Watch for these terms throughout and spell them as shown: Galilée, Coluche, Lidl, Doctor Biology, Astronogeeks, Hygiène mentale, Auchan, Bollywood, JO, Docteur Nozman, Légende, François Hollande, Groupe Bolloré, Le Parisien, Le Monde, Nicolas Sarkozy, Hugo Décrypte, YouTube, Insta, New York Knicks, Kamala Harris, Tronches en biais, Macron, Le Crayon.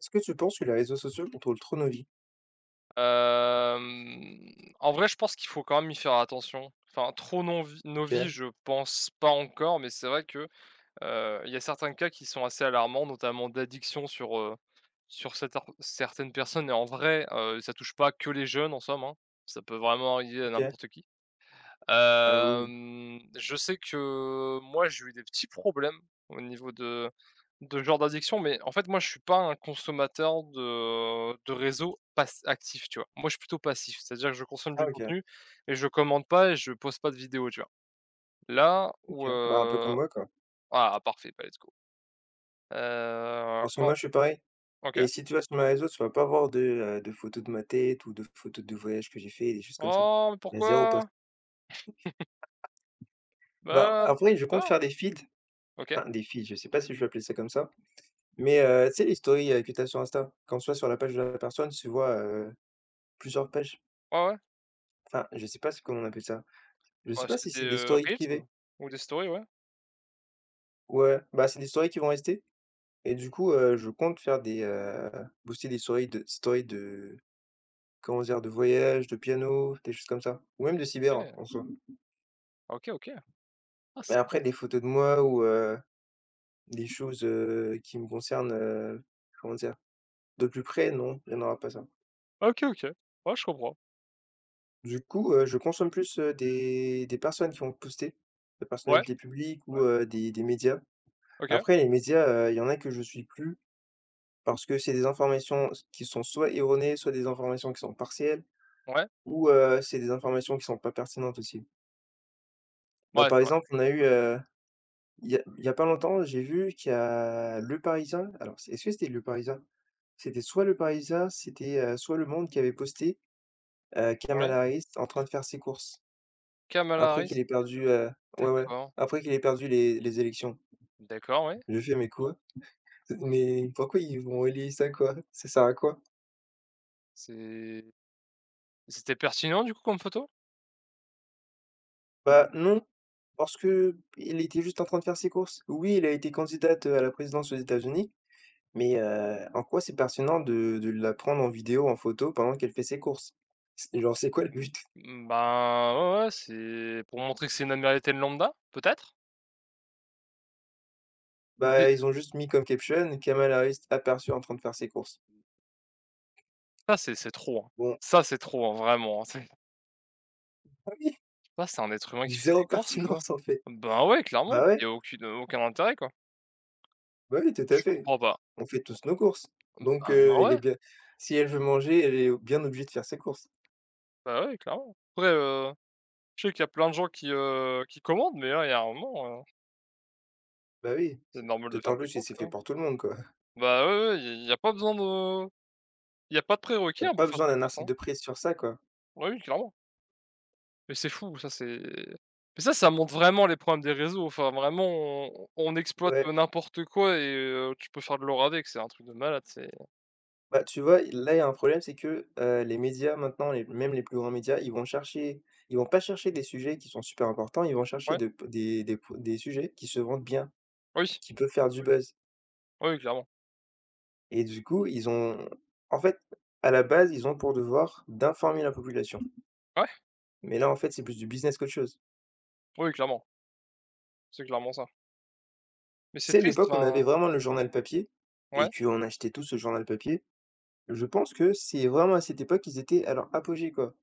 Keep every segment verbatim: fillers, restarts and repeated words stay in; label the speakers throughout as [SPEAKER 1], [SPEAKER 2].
[SPEAKER 1] Est-ce que tu penses que les réseaux sociaux contrôlent trop nos vies?
[SPEAKER 2] Hem, En vrai, je pense qu'il faut quand même y faire attention. Enfin, trop non-vi novice,
[SPEAKER 1] OK,
[SPEAKER 2] je pense pas encore, mais c'est vrai que, heu, il y a certains cas qui sont assez alarmants, notamment d'addiction sur, heu, sur cet certaines personnes et en vrai, heu, ça touche pas que les jeunes en somme, hein. Ça peut vraiment arriver à
[SPEAKER 1] OK.
[SPEAKER 2] n'importe qui.
[SPEAKER 1] Ah oui, oui.
[SPEAKER 2] Hem, je sais que moi, j'ai eu des petits problèmes au niveau de de ce genre d'addiction, mais en fait, moi, je suis pas un consommateur de de réseau pass actif, tu vois? Moi, je suis plutôt passif, c'est-à-dire que je consomme
[SPEAKER 1] Ah
[SPEAKER 2] du
[SPEAKER 1] OK,
[SPEAKER 2] contenu et je commande pas et je poste pas de vidéos, tu vois? Là où,
[SPEAKER 1] OK. Bah, un peu comme
[SPEAKER 2] heu
[SPEAKER 1] moi, quoi.
[SPEAKER 2] ah, parfait, bah, let's go. Heu,
[SPEAKER 1] Parce que
[SPEAKER 2] quand
[SPEAKER 1] moi, je suis pareil.
[SPEAKER 2] OK.
[SPEAKER 1] Et si tu vas sur mes réseaux, tu vas pas voir de, heu, de photos de ma tête ou de photos de voyages que j'ai fait, des choses comme ça.
[SPEAKER 2] «Oh, mais
[SPEAKER 1] Il y a zéro post.
[SPEAKER 2] pourquoi?
[SPEAKER 1] Bah,
[SPEAKER 2] Bah,
[SPEAKER 1] après, je
[SPEAKER 2] tu
[SPEAKER 1] compte
[SPEAKER 2] peur?»
[SPEAKER 1] faire des feeds,
[SPEAKER 2] OK.
[SPEAKER 1] enfin des feeds, je sais pas si je vais appeler ça comme ça, mais heu, tu sais, les stories, heu, que tu as sur Insta, quand tu vas sur la page de la personne, tu vois, heu, plusieurs pages.
[SPEAKER 2] Ouais, ouais.
[SPEAKER 1] Enfin, je sais pas c'est comment on appelle ça. Je
[SPEAKER 2] Bah,
[SPEAKER 1] sais pas
[SPEAKER 2] c'est
[SPEAKER 1] si
[SPEAKER 2] des,
[SPEAKER 1] c'est des
[SPEAKER 2] heu,
[SPEAKER 1] stories
[SPEAKER 2] reels
[SPEAKER 1] privées.
[SPEAKER 2] ou des stories, ouais.
[SPEAKER 1] Ouais, bah, c'est des stories qui vont rester. Et du coup, heu, je compte faire des, heu, booster des stories de stories de comment dire? De voyage, de piano, des choses comme ça ou même de cyber, hein,
[SPEAKER 2] OK.
[SPEAKER 1] en soi.
[SPEAKER 2] OK, OK. Ah,
[SPEAKER 1] Mais
[SPEAKER 2] sympa.
[SPEAKER 1] après des photos de moi ou heu, des choses, heu, qui me concernent, heu, comment dire? De plus près, non, il y en aura pas ça.
[SPEAKER 2] OK, OK. Ouais, je comprends.
[SPEAKER 1] Du coup, heu, je consomme plus, heu, des des personnes qui vont poster, des
[SPEAKER 2] Ouais,
[SPEAKER 1] personnalités publiques ou, Ouais. heu, des des médias.
[SPEAKER 2] OK.
[SPEAKER 1] Après les médias, heu, il y en a que je suis plus parce que c'est des informations qui sont soit erronées, soit des informations qui sont partielles.
[SPEAKER 2] Ouais,
[SPEAKER 1] Ou heu, c'est des informations qui sont pas pertinentes aussi. Bah,
[SPEAKER 2] ouais, c'est
[SPEAKER 1] par
[SPEAKER 2] vrai.
[SPEAKER 1] exemple, on a eu, heu, il y a il y a pas longtemps, j'ai vu qu'il y a Le Parisien, alors c'est est-ce que c'était Le Parisien? C'était soit Le Parisien, c'était, heu, soit Le Monde qui avait posté, heu,
[SPEAKER 2] Ouais.
[SPEAKER 1] Kamala Harris en train de faire ses courses
[SPEAKER 2] Kamala
[SPEAKER 1] après qu'il
[SPEAKER 2] Harris?
[SPEAKER 1] ait perdu, heu ouais, ouais,
[SPEAKER 2] D'accord,
[SPEAKER 1] après qu'il ait perdu les les élections.
[SPEAKER 2] d'accord, ouais.
[SPEAKER 1] Je fais: «Mais quoi? Mais pourquoi ils vont relayer ça, quoi? Ça sert à quoi?»
[SPEAKER 2] C'est c'était pertinent du coup comme photo?
[SPEAKER 1] Bah, non, parce que il était juste en train de faire ses courses. Oui, il a été candidate, à la présidence aux États-Unis. Mais, heu, en quoi c'est pertinent de de la prendre en vidéo, en photo pendant qu'elle fait ses courses? C'est genre, c'est quoi le but?
[SPEAKER 2] Mmh, ben, ouais, ouais, c'est pour montrer que c'est une Américaine lambda, peut-être? Bi
[SPEAKER 1] Bah, ils ont juste mis comme caption: «Kamala Harris aperçue en train de faire ses courses».
[SPEAKER 2] Ça, c'est c'est trop, hein.
[SPEAKER 1] Bon,
[SPEAKER 2] Ça, c'est trop, hein, vraiment, hein. C'est
[SPEAKER 1] ah oui,
[SPEAKER 2] Ça, c'est un être humain qui fait ses
[SPEAKER 1] zéro
[SPEAKER 2] courses, quoi.
[SPEAKER 1] pertinence en fait.
[SPEAKER 2] Ben, ouais, clairement,
[SPEAKER 1] Bah ouais,
[SPEAKER 2] il y a aucune aucun intérêt, quoi.
[SPEAKER 1] bah oui, tout à
[SPEAKER 2] Je
[SPEAKER 1] fait.
[SPEAKER 2] comprends pas.
[SPEAKER 1] On fait tous nos courses. Donc,
[SPEAKER 2] Ben,
[SPEAKER 1] heu, il est
[SPEAKER 2] ouais,
[SPEAKER 1] bien si elle veut manger, elle est bien obligée de faire ses courses.
[SPEAKER 2] bah, ouais, clairement. Après, heu, je sais qu'il y a plein de gens qui, heu, qui commandent, mais là, il y a un moment.
[SPEAKER 1] Bah oui,
[SPEAKER 2] C'est
[SPEAKER 1] c'est
[SPEAKER 2] normal de faire
[SPEAKER 1] d'autant
[SPEAKER 2] des
[SPEAKER 1] plus que
[SPEAKER 2] courses,
[SPEAKER 1] c'est fait
[SPEAKER 2] quoi.
[SPEAKER 1] pour tout le monde, quoi.
[SPEAKER 2] Bah, ouais, ouais, il y a pas besoin de il y a pas de
[SPEAKER 1] Y
[SPEAKER 2] prérequis,
[SPEAKER 1] a
[SPEAKER 2] hein, pour
[SPEAKER 1] pas
[SPEAKER 2] faire
[SPEAKER 1] besoin
[SPEAKER 2] ses
[SPEAKER 1] d'un
[SPEAKER 2] courses, hein.
[SPEAKER 1] article de presse sur ça, quoi.
[SPEAKER 2] Oui, oui, clairement. Mais c'est fou, ça. C'est mais ça, ça montre vraiment les problèmes des réseaux. Enfin, vraiment, on on exploite
[SPEAKER 1] Ouais.
[SPEAKER 2] n'importe quoi et heu, tu peux faire de l'or avec, c'est un truc de malade. C'est
[SPEAKER 1] Bah, tu vois, là, il y a un problème, c'est que, heu, les médias maintenant, les même les plus grands médias, ils vont chercher ils vont pas chercher des sujets qui sont super importants, ils vont chercher
[SPEAKER 2] Ouais,
[SPEAKER 1] de des des des sujets qui se vendent bien,
[SPEAKER 2] oui,
[SPEAKER 1] qui peuvent faire du buzz.
[SPEAKER 2] oui, oui, clairement.
[SPEAKER 1] Et du coup, ils ont en fait, à la base, ils ont pour devoir d'informer la population.
[SPEAKER 2] Ouais,
[SPEAKER 1] Mais là, en fait, c'est plus du business qu'autre chose.
[SPEAKER 2] oui, oui, clairement, c'est clairement ça. Mais
[SPEAKER 1] Tu
[SPEAKER 2] c'est
[SPEAKER 1] sais, à
[SPEAKER 2] triste.
[SPEAKER 1] l'époque, on
[SPEAKER 2] Enfin,
[SPEAKER 1] avait vraiment le journal papier
[SPEAKER 2] ouais?
[SPEAKER 1] et qu'on achetait tous ce journal papier. Je pense que c'est vraiment à cette époque qu'ils étaient à leur apogée, quoi,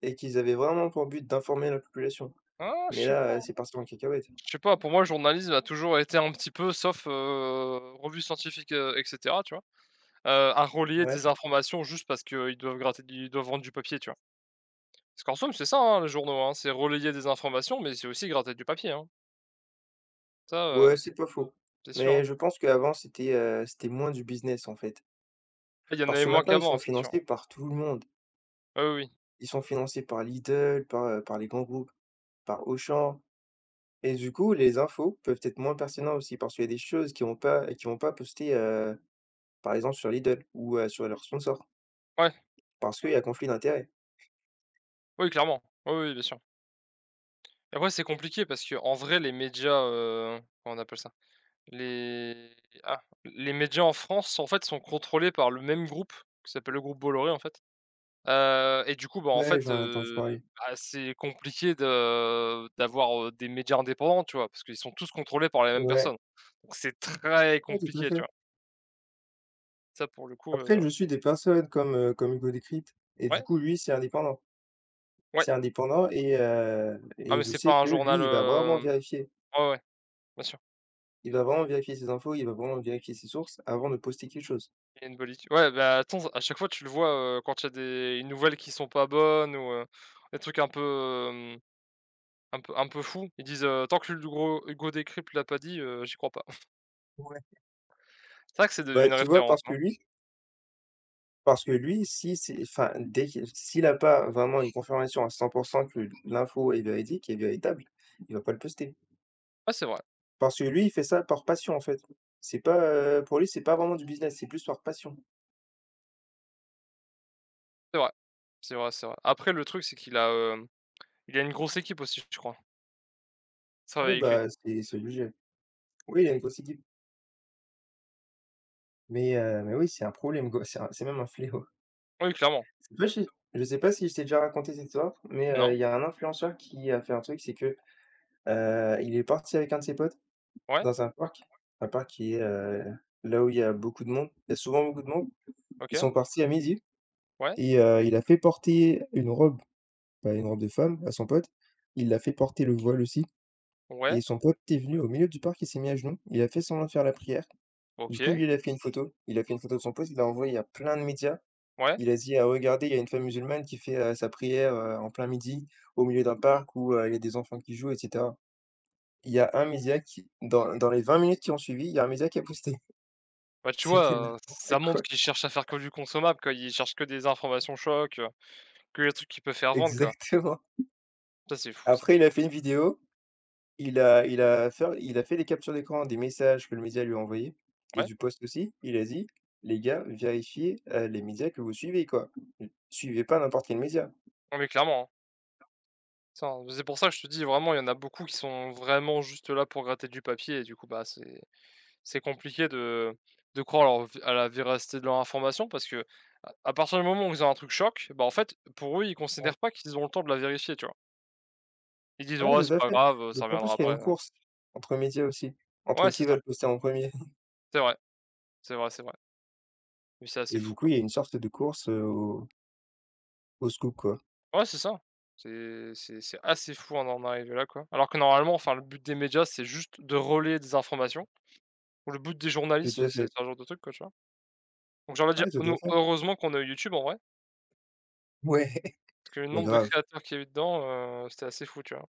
[SPEAKER 1] et qu'ils avaient vraiment pour but d'informer la population.
[SPEAKER 2] Ah,
[SPEAKER 1] Mais
[SPEAKER 2] je sais pas,
[SPEAKER 1] là, heu,
[SPEAKER 2] hein.
[SPEAKER 1] c'est parti en cacahuète.
[SPEAKER 2] Je sais pas, pour moi, le journalisme a toujours été un petit peu, sauf, heu, revue scientifique, heu et cetera, tu vois? Heu, à relayer
[SPEAKER 1] Ouais,
[SPEAKER 2] des informations juste parce qu'ils doivent gratter ils doivent vendre du papier, tu vois? Parce qu'en somme, c'est ça, hein, les journaux, hein, c'est relayer des informations, mais c'est aussi gratter du papier, hein. Ça,
[SPEAKER 1] ouais,
[SPEAKER 2] heu, c
[SPEAKER 1] c'est pas faux.
[SPEAKER 2] c'est sûr,
[SPEAKER 1] Mais
[SPEAKER 2] hein.
[SPEAKER 1] je pense qu'avant c'était, heu, c'était moins du business, en fait.
[SPEAKER 2] Il y en
[SPEAKER 1] Parce
[SPEAKER 2] avait
[SPEAKER 1] que
[SPEAKER 2] moins
[SPEAKER 1] maintenant ils
[SPEAKER 2] qu'avant,
[SPEAKER 1] sont
[SPEAKER 2] c'est sûr.
[SPEAKER 1] financés par tout le monde.
[SPEAKER 2] Ah oui, oui.
[SPEAKER 1] Ils sont financés par Lidl, par, heu, par les grands groupes, par Auchan, et du coup, les infos peuvent être moins pertinentes aussi parce qu'il y a des choses qui vont pas qui vont pas poster, heu, par exemple sur Lidl ou, heu, sur leurs sponsors.
[SPEAKER 2] Ouais,
[SPEAKER 1] Parce qu'il y a conflit d'intérêts.
[SPEAKER 2] oui, clairement. Oui, oui, bien sûr. Et après, c'est compliqué parce que en vrai, les médias, heu, comment on appelle ça? Les Ah, les médias en France, en fait, sont contrôlés par le même groupe qui s'appelle le groupe Bolloré, en fait. Heu et du coup, bah, en
[SPEAKER 1] Ouais,
[SPEAKER 2] fait,
[SPEAKER 1] j'en ai entendu
[SPEAKER 2] heu,
[SPEAKER 1] parler.
[SPEAKER 2] bah, c'est compliqué de d'avoir, heu, des médias indépendants, tu vois? Parce qu'ils sont tous contrôlés par les mêmes
[SPEAKER 1] Ouais,
[SPEAKER 2] personnes. Donc c'est très
[SPEAKER 1] ouais, tout à
[SPEAKER 2] compliqué,
[SPEAKER 1] fait.
[SPEAKER 2] tu vois? Ça, pour le coup, heu,
[SPEAKER 1] Après, je suis des personnes comme, heu, comme Hugo Décrypte et du
[SPEAKER 2] ouais,
[SPEAKER 1] coup, lui, c'est indépendant.
[SPEAKER 2] ouais.
[SPEAKER 1] C'est indépendant, et heu
[SPEAKER 2] Ah,
[SPEAKER 1] et
[SPEAKER 2] mais
[SPEAKER 1] je
[SPEAKER 2] c'est
[SPEAKER 1] sais
[SPEAKER 2] pas un
[SPEAKER 1] que lui,
[SPEAKER 2] journal.
[SPEAKER 1] il va vraiment
[SPEAKER 2] Hem
[SPEAKER 1] vérifier.
[SPEAKER 2] Ouais, ouais, bien sûr.
[SPEAKER 1] Il va vraiment vérifier ses infos, il va vraiment vérifier ses sources avant de poster quelque chose.
[SPEAKER 2] Il y a une politique. Ouais, bah, attends, à chaque fois, tu le vois, heu, quand il y a des nouvelles qui sont pas bonnes ou, heu, des trucs un peu, hem, un peu un peu fous, ils disent, heu: «Tant que Hugo Hugo Décrypte l'a pas dit, heu, j'y crois pas».
[SPEAKER 1] Ouais.
[SPEAKER 2] C'est vrai que c'est devenu
[SPEAKER 1] Bah,
[SPEAKER 2] une
[SPEAKER 1] tu vois,
[SPEAKER 2] référence,
[SPEAKER 1] parce
[SPEAKER 2] hein.
[SPEAKER 1] que lui Parce que lui, si c'est enfin, dès qu'il s'il a pas vraiment une confirmation à cent que l'info est véridique et véritable, il va pas le poster.
[SPEAKER 2] Ouais, c'est vrai.
[SPEAKER 1] Parce que lui, il fait ça par passion, en fait. C'est pas, heu, Pour lui, c'est pas vraiment du business, c'est plus par passion.
[SPEAKER 2] C'est vrai. C'est vrai, c'est vrai. Après le truc, c'est qu'il a, hem, il a une grosse équipe aussi, je crois. Ça travaille
[SPEAKER 1] Ouais,
[SPEAKER 2] avec lui.
[SPEAKER 1] bah, c'est c'est obligé. Oui, il a une grosse équipe. Mais heu, mais oui, c'est un problème, quoi, c'est un c'est même un fléau.
[SPEAKER 2] Oui, clairement.
[SPEAKER 1] C'est pas Je sais pas si je t'ai déjà raconté cette histoire, mais heu,
[SPEAKER 2] Non?
[SPEAKER 1] il y a un influenceur qui a fait un truc, c'est que, heu, il est parti avec un de ses potes
[SPEAKER 2] Ouais?
[SPEAKER 1] dans un parc, un parc qui est, heu, là où il y a beaucoup de monde. Il y a souvent beaucoup de monde. Ils
[SPEAKER 2] OK.
[SPEAKER 1] sont partis à midi
[SPEAKER 2] Ouais?
[SPEAKER 1] et heu, il a fait porter une robe, bah, une robe de femme à son pote. Il l'a fait porter le voile aussi et
[SPEAKER 2] Ouais?
[SPEAKER 1] son pote est venu au milieu du parc, il s'est mis à genoux, il a fait semblant de faire la prière. Du coup,
[SPEAKER 2] OK.
[SPEAKER 1] lui, il a fait une photo. Il a fait une photo de son pote, il l'a envoyé à plein de médias.
[SPEAKER 2] Ouais?
[SPEAKER 1] Il a dit: «Ah, regardez, il y a une femme musulmane qui fait, heu, sa prière, heu, en plein midi, au milieu d'un parc où, heu, il y a des enfants qui jouent», et cetera. Il y a un média qui Dans dans les vingt minutes qui ont suivi, il y a un média qui a posté.
[SPEAKER 2] Bah, tu
[SPEAKER 1] C'était
[SPEAKER 2] vois, heu, ça
[SPEAKER 1] n'importe
[SPEAKER 2] montre
[SPEAKER 1] quoi.
[SPEAKER 2] qu'il cherche à faire que du consommable, quoi. Il cherche que des informations chocs, heu, que les trucs qui peut faire vendre, quoi.
[SPEAKER 1] Exactement.
[SPEAKER 2] Ça, c'est fou, ça.
[SPEAKER 1] Après, il a fait une vidéo. Il a il a faire il a fait les captures d'écran des messages que le média lui a envoyés et
[SPEAKER 2] Ouais.
[SPEAKER 1] du post aussi. Il a dit: «Les gars, vérifiez, heu, les médias que vous suivez, quoi. N suivez pas n'importe quel média».
[SPEAKER 2] Non, mais clairement, hein. Ça, c'est pour ça que je te dis vraiment, il y en a beaucoup qui sont vraiment juste là pour gratter du papier et du coup, bah, c'est c'est compliqué de de croire à leur v à la véracité de leur information parce que à à partir du moment où ils ont un truc choc, bah, en fait, pour eux, ils
[SPEAKER 1] Ouais,
[SPEAKER 2] considèrent pas qu'ils ont le temps de la vérifier, tu vois? Ils disent:
[SPEAKER 1] ouais,
[SPEAKER 2] «Ouais,
[SPEAKER 1] tout
[SPEAKER 2] c'est
[SPEAKER 1] à
[SPEAKER 2] pas
[SPEAKER 1] fait.
[SPEAKER 2] grave, heu, ça
[SPEAKER 1] D'autant
[SPEAKER 2] reviendra
[SPEAKER 1] plus qu'il y a
[SPEAKER 2] après,
[SPEAKER 1] une
[SPEAKER 2] hein».
[SPEAKER 1] course entre médias aussi, entre
[SPEAKER 2] Ouais, c'est
[SPEAKER 1] qui va
[SPEAKER 2] ça.
[SPEAKER 1] le poster en premier.
[SPEAKER 2] C'est vrai, c'est vrai, c'est vrai. Mais c'est assez
[SPEAKER 1] Et
[SPEAKER 2] fou,
[SPEAKER 1] du coup,
[SPEAKER 2] quoi.
[SPEAKER 1] il y a une sorte de course, heu, au au scoop, quoi.
[SPEAKER 2] Ouais, c'est ça. C'est c'est c'est assez fou, on en est là, quoi. Alors que normalement, enfin, le but des médias, c'est juste de relayer des informations. Ou Le but des
[SPEAKER 1] Tout
[SPEAKER 2] journalistes,
[SPEAKER 1] à
[SPEAKER 2] c'est
[SPEAKER 1] fait.
[SPEAKER 2] ce genre de truc, quoi, tu vois? Donc j'ai envie de dire,
[SPEAKER 1] Ouais, tout à
[SPEAKER 2] nous,
[SPEAKER 1] fait.
[SPEAKER 2] heureusement qu'on a eu YouTube, en vrai,
[SPEAKER 1] Ouais,
[SPEAKER 2] parce que le
[SPEAKER 1] mais
[SPEAKER 2] nombre de
[SPEAKER 1] grave.
[SPEAKER 2] créateurs qu'il y a eu dedans, heu, c'était assez fou, tu vois?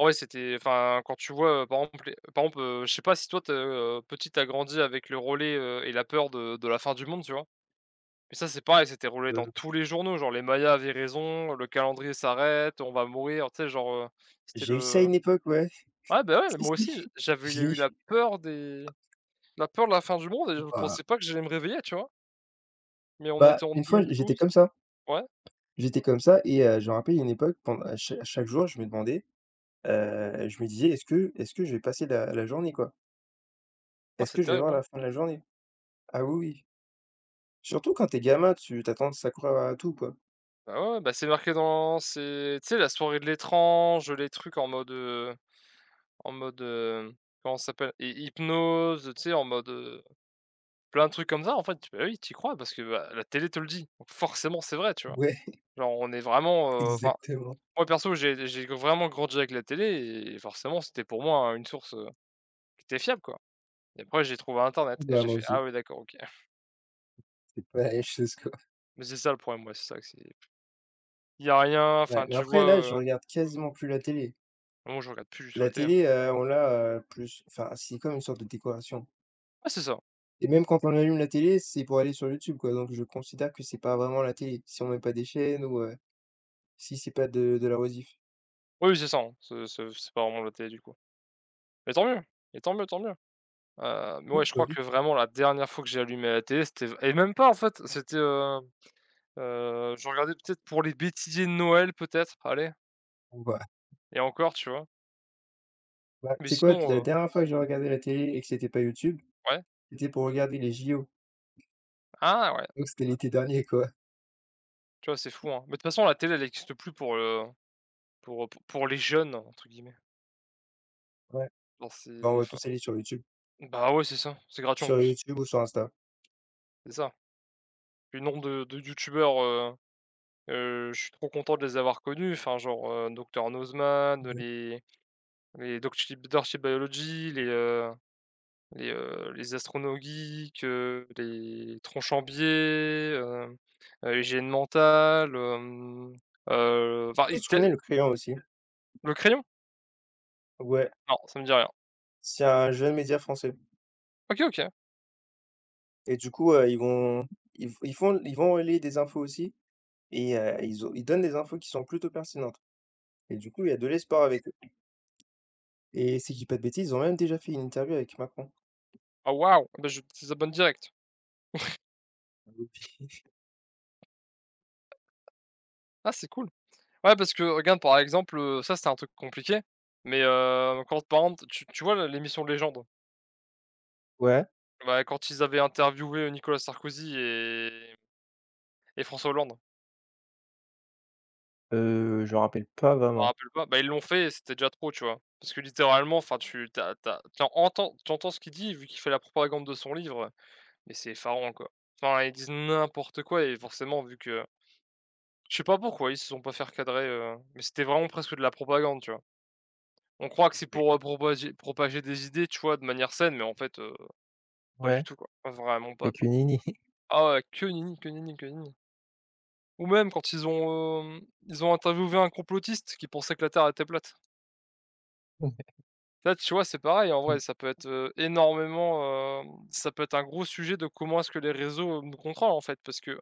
[SPEAKER 2] Ouais, c'était, enfin, quand tu vois, heu, par exemple les par exemple, heu, je sais pas si toi tu es, petit, tu as grandi avec le relais, heu et la peur de de la fin du monde, tu vois? Mais ça, c'est pareil, c'était relais dans
[SPEAKER 1] Heu,
[SPEAKER 2] tous les journaux, genre les Mayas avaient raison, le calendrier s'arrête, on va mourir, tu sais? Genre, heu, c'était
[SPEAKER 1] j'ai eu ça à
[SPEAKER 2] le
[SPEAKER 1] une époque, ouais.
[SPEAKER 2] Ouais, bah, ouais, mais moi aussi, j
[SPEAKER 1] Si,
[SPEAKER 2] j'avais
[SPEAKER 1] si, je l'ai
[SPEAKER 2] eu la
[SPEAKER 1] eu.
[SPEAKER 2] peur des la peur de la fin du monde et je
[SPEAKER 1] Waouh.
[SPEAKER 2] pensais pas que j'allais me réveiller, tu vois? Mais on
[SPEAKER 1] Bah,
[SPEAKER 2] était en
[SPEAKER 1] une fois, j'étais
[SPEAKER 2] deux mille douze.
[SPEAKER 1] comme ça.
[SPEAKER 2] Ouais,
[SPEAKER 1] J'étais comme ça et heu, je me rappelle, il y a une époque, Pendant à cha à chaque jour, je me demandais, heu, je me disais: «Est-ce que est-ce que je vais passer la la journée, quoi?
[SPEAKER 2] ah,
[SPEAKER 1] Est-ce
[SPEAKER 2] c'est
[SPEAKER 1] que je vais
[SPEAKER 2] terrible,
[SPEAKER 1] voir
[SPEAKER 2] hein.
[SPEAKER 1] la fin de la journée?» Ah oui, oui. Surtout quand t'es gamin, tu t'attends as tendance à croire à tout, quoi.
[SPEAKER 2] Bah, ouais, ouais, bah, c'est marqué dans c'est, tu sais, la soirée de l'étrange, les trucs en mode, heu En mode, heu, comment ça s'appelle? Hy hypnose, tu sais, en mode, heu, plein de trucs comme ça, en fait, tu- bah, oui, t'y crois parce que, bah, la télé te le dit. Donc forcément, c'est vrai, tu vois?
[SPEAKER 1] Ouais,
[SPEAKER 2] Genre, on est vraiment, heu, enfin,
[SPEAKER 1] exactement.
[SPEAKER 2] moi, perso, j'ai j'ai vraiment grandi avec la télé et forcément, c'était pour moi une source, heu, qui était fiable, quoi. Et après, j'ai trouvé internet et
[SPEAKER 1] Bah,
[SPEAKER 2] j'ai
[SPEAKER 1] moi
[SPEAKER 2] fait: «Ah
[SPEAKER 1] aussi.
[SPEAKER 2] oui, d'accord, OK».
[SPEAKER 1] C'est pas la même chose, quoi.
[SPEAKER 2] Mais c'est ça le problème, moi c'est ça que c'est il y a rien,
[SPEAKER 1] Ouais,
[SPEAKER 2] enfin,
[SPEAKER 1] mais
[SPEAKER 2] tu
[SPEAKER 1] après
[SPEAKER 2] vois,
[SPEAKER 1] là, je
[SPEAKER 2] heu,
[SPEAKER 1] regarde quasiment plus la télé.
[SPEAKER 2] moi, je regarde plus du tout
[SPEAKER 1] La
[SPEAKER 2] la télé, hein.
[SPEAKER 1] télé, heu, on l'a, heu, plus enfin, c'est comme une sorte de décoration,
[SPEAKER 2] Ouais, c'est ça.
[SPEAKER 1] et même quand on allume la télé, c'est pour aller sur YouTube, quoi, donc je considère que c'est pas vraiment la télé. Si on met pas des chaînes ou, heu, si c'est pas de de la rediff.
[SPEAKER 2] Oui, c'est ça, hein. C'est c'est c'est pas vraiment la télé, du coup. Mais tant mieux, et tant mieux, tant mieux. Heu, mais
[SPEAKER 1] Ouais,
[SPEAKER 2] ouais, je
[SPEAKER 1] bah,
[SPEAKER 2] crois
[SPEAKER 1] oui.
[SPEAKER 2] que vraiment la dernière fois que j'ai allumé la télé, c'était, et même pas, en fait, c'était, heu heu, je regardais peut-être pour les bêtisiers de Noël peut-être, allez,
[SPEAKER 1] Ou bah
[SPEAKER 2] et encore, tu vois?
[SPEAKER 1] bah, tu
[SPEAKER 2] Mais
[SPEAKER 1] sais quoi?
[SPEAKER 2] sinon,
[SPEAKER 1] La
[SPEAKER 2] heu
[SPEAKER 1] dernière fois que j'ai regardé la télé et que c'était pas YouTube,
[SPEAKER 2] ouais.
[SPEAKER 1] c'était pour regarder les J O,
[SPEAKER 2] Ah ouais,
[SPEAKER 1] donc c'était l'été dernier, quoi.
[SPEAKER 2] tu vois, c'est fou, hein. Mais de toute façon, la télé, elle existe plus pour le, pour, heu, pour «les jeunes» entre guillemets.
[SPEAKER 1] Ouais,
[SPEAKER 2] Genre
[SPEAKER 1] bah, on
[SPEAKER 2] c'est,
[SPEAKER 1] va
[SPEAKER 2] enfin,
[SPEAKER 1] tous aller sur YouTube.
[SPEAKER 2] bah ouais, c'est ça, c'est gratuit en
[SPEAKER 1] Sur
[SPEAKER 2] plus,
[SPEAKER 1] YouTube ou sur Insta.
[SPEAKER 2] c'est ça. Puis le nombre de de youtubeurs, heu heu, je suis trop content de les avoir connus, enfin genre, heu, Docteur Nozman,
[SPEAKER 1] Ouais.
[SPEAKER 2] les les Doctor Biology, les, euh, Les, heu, les astronogeeks, heu, les tronches en biais, heu heu, hygiène mentale, hem, heu, enfin, ils
[SPEAKER 1] Est-ce que tu
[SPEAKER 2] étaient...
[SPEAKER 1] connais Le Crayon aussi?
[SPEAKER 2] Le Crayon?
[SPEAKER 1] Ouais,
[SPEAKER 2] Non, ça me dit rien.
[SPEAKER 1] c'est un jeune média français
[SPEAKER 2] OK, OK.
[SPEAKER 1] et du coup, heu, ils vont ils f ils font ils vont relayer des infos aussi. Et heu, ils ont ils donnent des infos qui sont plutôt pertinentes et du coup, il y a de l'espoir avec eux, et si je dis pas de bêtises, ils ont même déjà fait une interview avec Macron.
[SPEAKER 2] Ah, waouh! Ah, bah, je désabonne direct.
[SPEAKER 1] Ah oui.
[SPEAKER 2] Ah, c'est cool. Ouais, parce que regarde, par exemple, heu, ça, c'était un truc compliqué, mais heu, quand, par exemple, tu tu vois, l'émission Légende?
[SPEAKER 1] Ouais,
[SPEAKER 2] Bah, quand ils avaient interviewé Nicolas Sarkozy et et François Hollande.
[SPEAKER 1] heu, je me rappelle pas
[SPEAKER 2] T'en
[SPEAKER 1] vraiment.
[SPEAKER 2] rappelles pas? Bah, ils l'ont fait et c'était déjà trop, tu vois? Parce que littéralement, enfin, tu t'as, t'as, tu as entends tu entends ce qu'il dit, vu qu'il fait la propagande de son livre, mais c'est effarant, quoi. Enfin, ils disent n'importe quoi et forcément, vu que je sais pas pourquoi ils se sont pas fait recadrer, heu, mais c'était vraiment presque de la propagande, tu vois? On croit que
[SPEAKER 1] Ah
[SPEAKER 2] c'est
[SPEAKER 1] oui.
[SPEAKER 2] pour, heu, propager propager des idées, tu vois, de manière saine, mais en fait, heu, pas du
[SPEAKER 1] Ouais,
[SPEAKER 2] tout, quoi. Vraiment pas,
[SPEAKER 1] avec
[SPEAKER 2] quoi.
[SPEAKER 1] une Nini.
[SPEAKER 2] Ah ouais, que nenni, que nenni, que nenni. Ou même quand ils ont, hem, ils ont interviewé un complotiste qui pensait que la terre était plate.
[SPEAKER 1] Ouais.
[SPEAKER 2] Là, tu vois, c'est pareil, en vrai,
[SPEAKER 1] Mmh.
[SPEAKER 2] ça peut être, heu, énormément, hem, ça peut être un gros sujet de comment est-ce que les réseaux, heu, nous contrôlent en fait. Parce que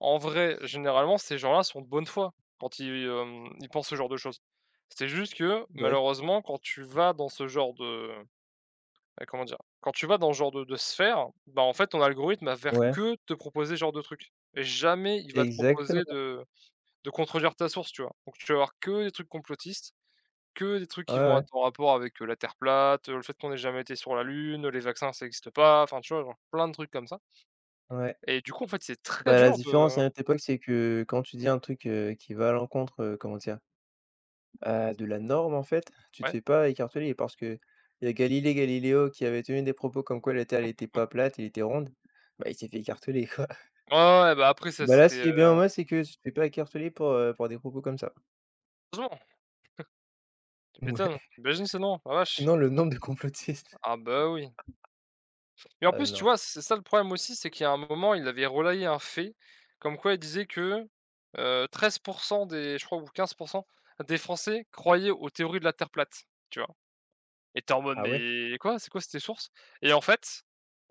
[SPEAKER 2] en vrai, généralement, ces gens-là sont de bonne foi quand ils, hem, ils pensent ce genre de choses. C'est juste que
[SPEAKER 1] Bah oui.
[SPEAKER 2] malheureusement, quand tu vas dans ce genre de bah, comment dire? Quand tu vas dans ce genre de de sphère, bah, en fait, ton algorithme va faire
[SPEAKER 1] Ouais,
[SPEAKER 2] que te proposer ce genre de trucs et jamais il va te proposer
[SPEAKER 1] exactement.
[SPEAKER 2] de de contredire ta source, tu vois? Donc tu vas avoir que des trucs complotistes. Que des trucs
[SPEAKER 1] Ouais,
[SPEAKER 2] qui vont
[SPEAKER 1] ouais,
[SPEAKER 2] être en rapport avec, heu, la terre plate, heu, le fait qu'on n'ait jamais été sur la lune, les vaccins ça n'existe pas, enfin tu vois? Genre plein de trucs comme ça
[SPEAKER 1] ouais.
[SPEAKER 2] et du coup, en fait, c'est très
[SPEAKER 1] Bah, la
[SPEAKER 2] dur
[SPEAKER 1] différence
[SPEAKER 2] de
[SPEAKER 1] à notre époque, c'est que quand tu dis un truc, heu, qui va à l'encontre, heu, comment dire? Heu, de la norme en fait, tu te
[SPEAKER 2] ouais.
[SPEAKER 1] fais pas écarteler parce que il y a Galilée Galiléo qui avait tenu des propos comme quoi la Terre n'était pas plate, elle était ronde, bah, il s'est fait écarteler quoi.
[SPEAKER 2] Ouais, ouais, ouais, bah, après ça
[SPEAKER 1] Bah, là,
[SPEAKER 2] c'était,
[SPEAKER 1] ce qui est
[SPEAKER 2] heu,
[SPEAKER 1] bien, ouais, c'est que tu te fais pas écarteler pour, heu, pour des propos comme ça.
[SPEAKER 2] heureusement, tu
[SPEAKER 1] Ouais.
[SPEAKER 2] m'étonnes. Tu imagines sinon, la vache.
[SPEAKER 1] Sinon le nombre de complotistes,
[SPEAKER 2] Ah bah, oui, et en
[SPEAKER 1] heu,
[SPEAKER 2] plus, tu
[SPEAKER 1] non.
[SPEAKER 2] vois? C'est ça le problème aussi, c'est qu'il y a un moment, il avait relayé un fait comme quoi il disait que, heu, treize des je crois ou quinze des Français croyaient aux théories de la terre plate, tu vois? Et t'es en mode:
[SPEAKER 1] Ah ouais?
[SPEAKER 2] «Mais quoi? C'est quoi ces sources?» et en fait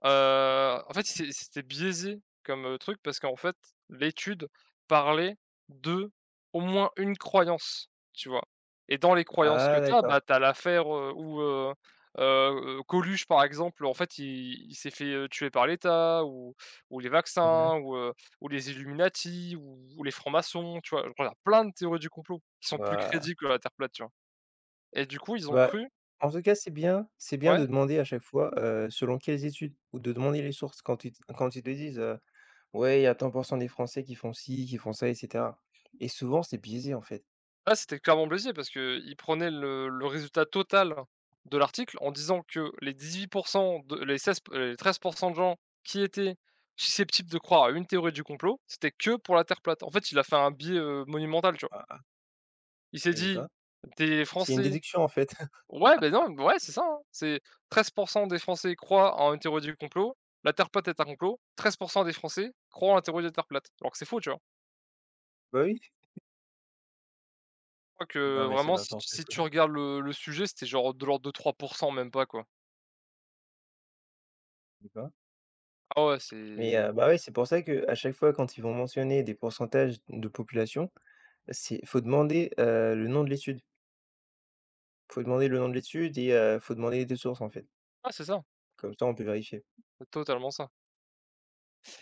[SPEAKER 2] Heu, en fait, c'est c'était biaisé comme, heu, truc parce qu'en fait, l'étude parlait de au moins une croyance, tu vois? Et dans les croyances que
[SPEAKER 1] Ah
[SPEAKER 2] tu as,
[SPEAKER 1] d'accord.
[SPEAKER 2] bah, tu as l'affaire, heu, où, heu heu, Coluche, par exemple, en fait, il il s'est fait, heu, tuer par l'État ou ou les
[SPEAKER 1] Ouais.
[SPEAKER 2] vaccins ou, heu, ou les Illuminati ou ou les francs-maçons, tu vois? Genre, il y a plein de théories du complot qui sont plus
[SPEAKER 1] Bah
[SPEAKER 2] crédibles que la terre plate, tu vois? Et du coup, ils ont
[SPEAKER 1] bah,
[SPEAKER 2] cru
[SPEAKER 1] en tout cas, c'est bien c'est bien
[SPEAKER 2] ouais?
[SPEAKER 1] de demander à chaque fois, heu, selon quelles études, ou de demander les sources quand ils t quand ils te disent, heu: «Ouais, il y a tant pour cent des Français qui font ci, qui font ça», et cetera. Et souvent c'est biaisé en fait.
[SPEAKER 2] Ah, c'était clairement biaisé parce qu'il prenait le le résultat total de l'article en disant que les dix-huit de les seize p les treize pour cent de gens qui étaient susceptibles de croire à une théorie du complot, c'était que pour la terre plate. En fait, il a fait un biais, heu, monumental, tu vois?
[SPEAKER 1] Bah,
[SPEAKER 2] Il s'est
[SPEAKER 1] et
[SPEAKER 2] dit:
[SPEAKER 1] bah,
[SPEAKER 2] «Des
[SPEAKER 1] c'est une
[SPEAKER 2] Français»
[SPEAKER 1] déduction en fait.
[SPEAKER 2] ouais, ben non, ouais, c'est ça, hein, c'est treize pour cent des Français croient en une théorie du complot, la terre plate est un complot, treize pour cent des Français croient en la théorie de la terre plate. Alors que c'est faux, tu vois?
[SPEAKER 1] Bah oui.
[SPEAKER 2] Je crois que
[SPEAKER 1] Non mais c'est
[SPEAKER 2] vraiment si tu
[SPEAKER 1] n'importe
[SPEAKER 2] si
[SPEAKER 1] quoi.
[SPEAKER 2] tu regardes le le sujet, c'était genre de l'ordre de trois pour cent même pas, quoi.
[SPEAKER 1] Et bah
[SPEAKER 2] Ah ouais,
[SPEAKER 1] Mais
[SPEAKER 2] c'est
[SPEAKER 1] heu, bah, ouais, c'est pour ça que à chaque fois quand ils vont mentionner des pourcentages de population, c'est faut demander, heu, le nom de l'étude. Faut demander le nom de l'étude et heu, faut demander les deux sources, en fait.
[SPEAKER 2] ah c'est ça,
[SPEAKER 1] Comme ça, on peut vérifier.
[SPEAKER 2] c'est totalement ça,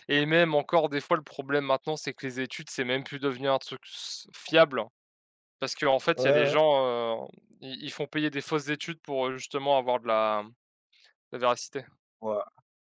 [SPEAKER 2] et même encore des fois le problème maintenant, c'est que les études, c'est même plus devenir un truc s fiable, hein. Parce qu'en fait,
[SPEAKER 1] Ouais,
[SPEAKER 2] il y a des
[SPEAKER 1] ouais.
[SPEAKER 2] gens, heu, ils ils font payer des fausses études pour, heu, justement avoir de la de la véracité.
[SPEAKER 1] Ouais.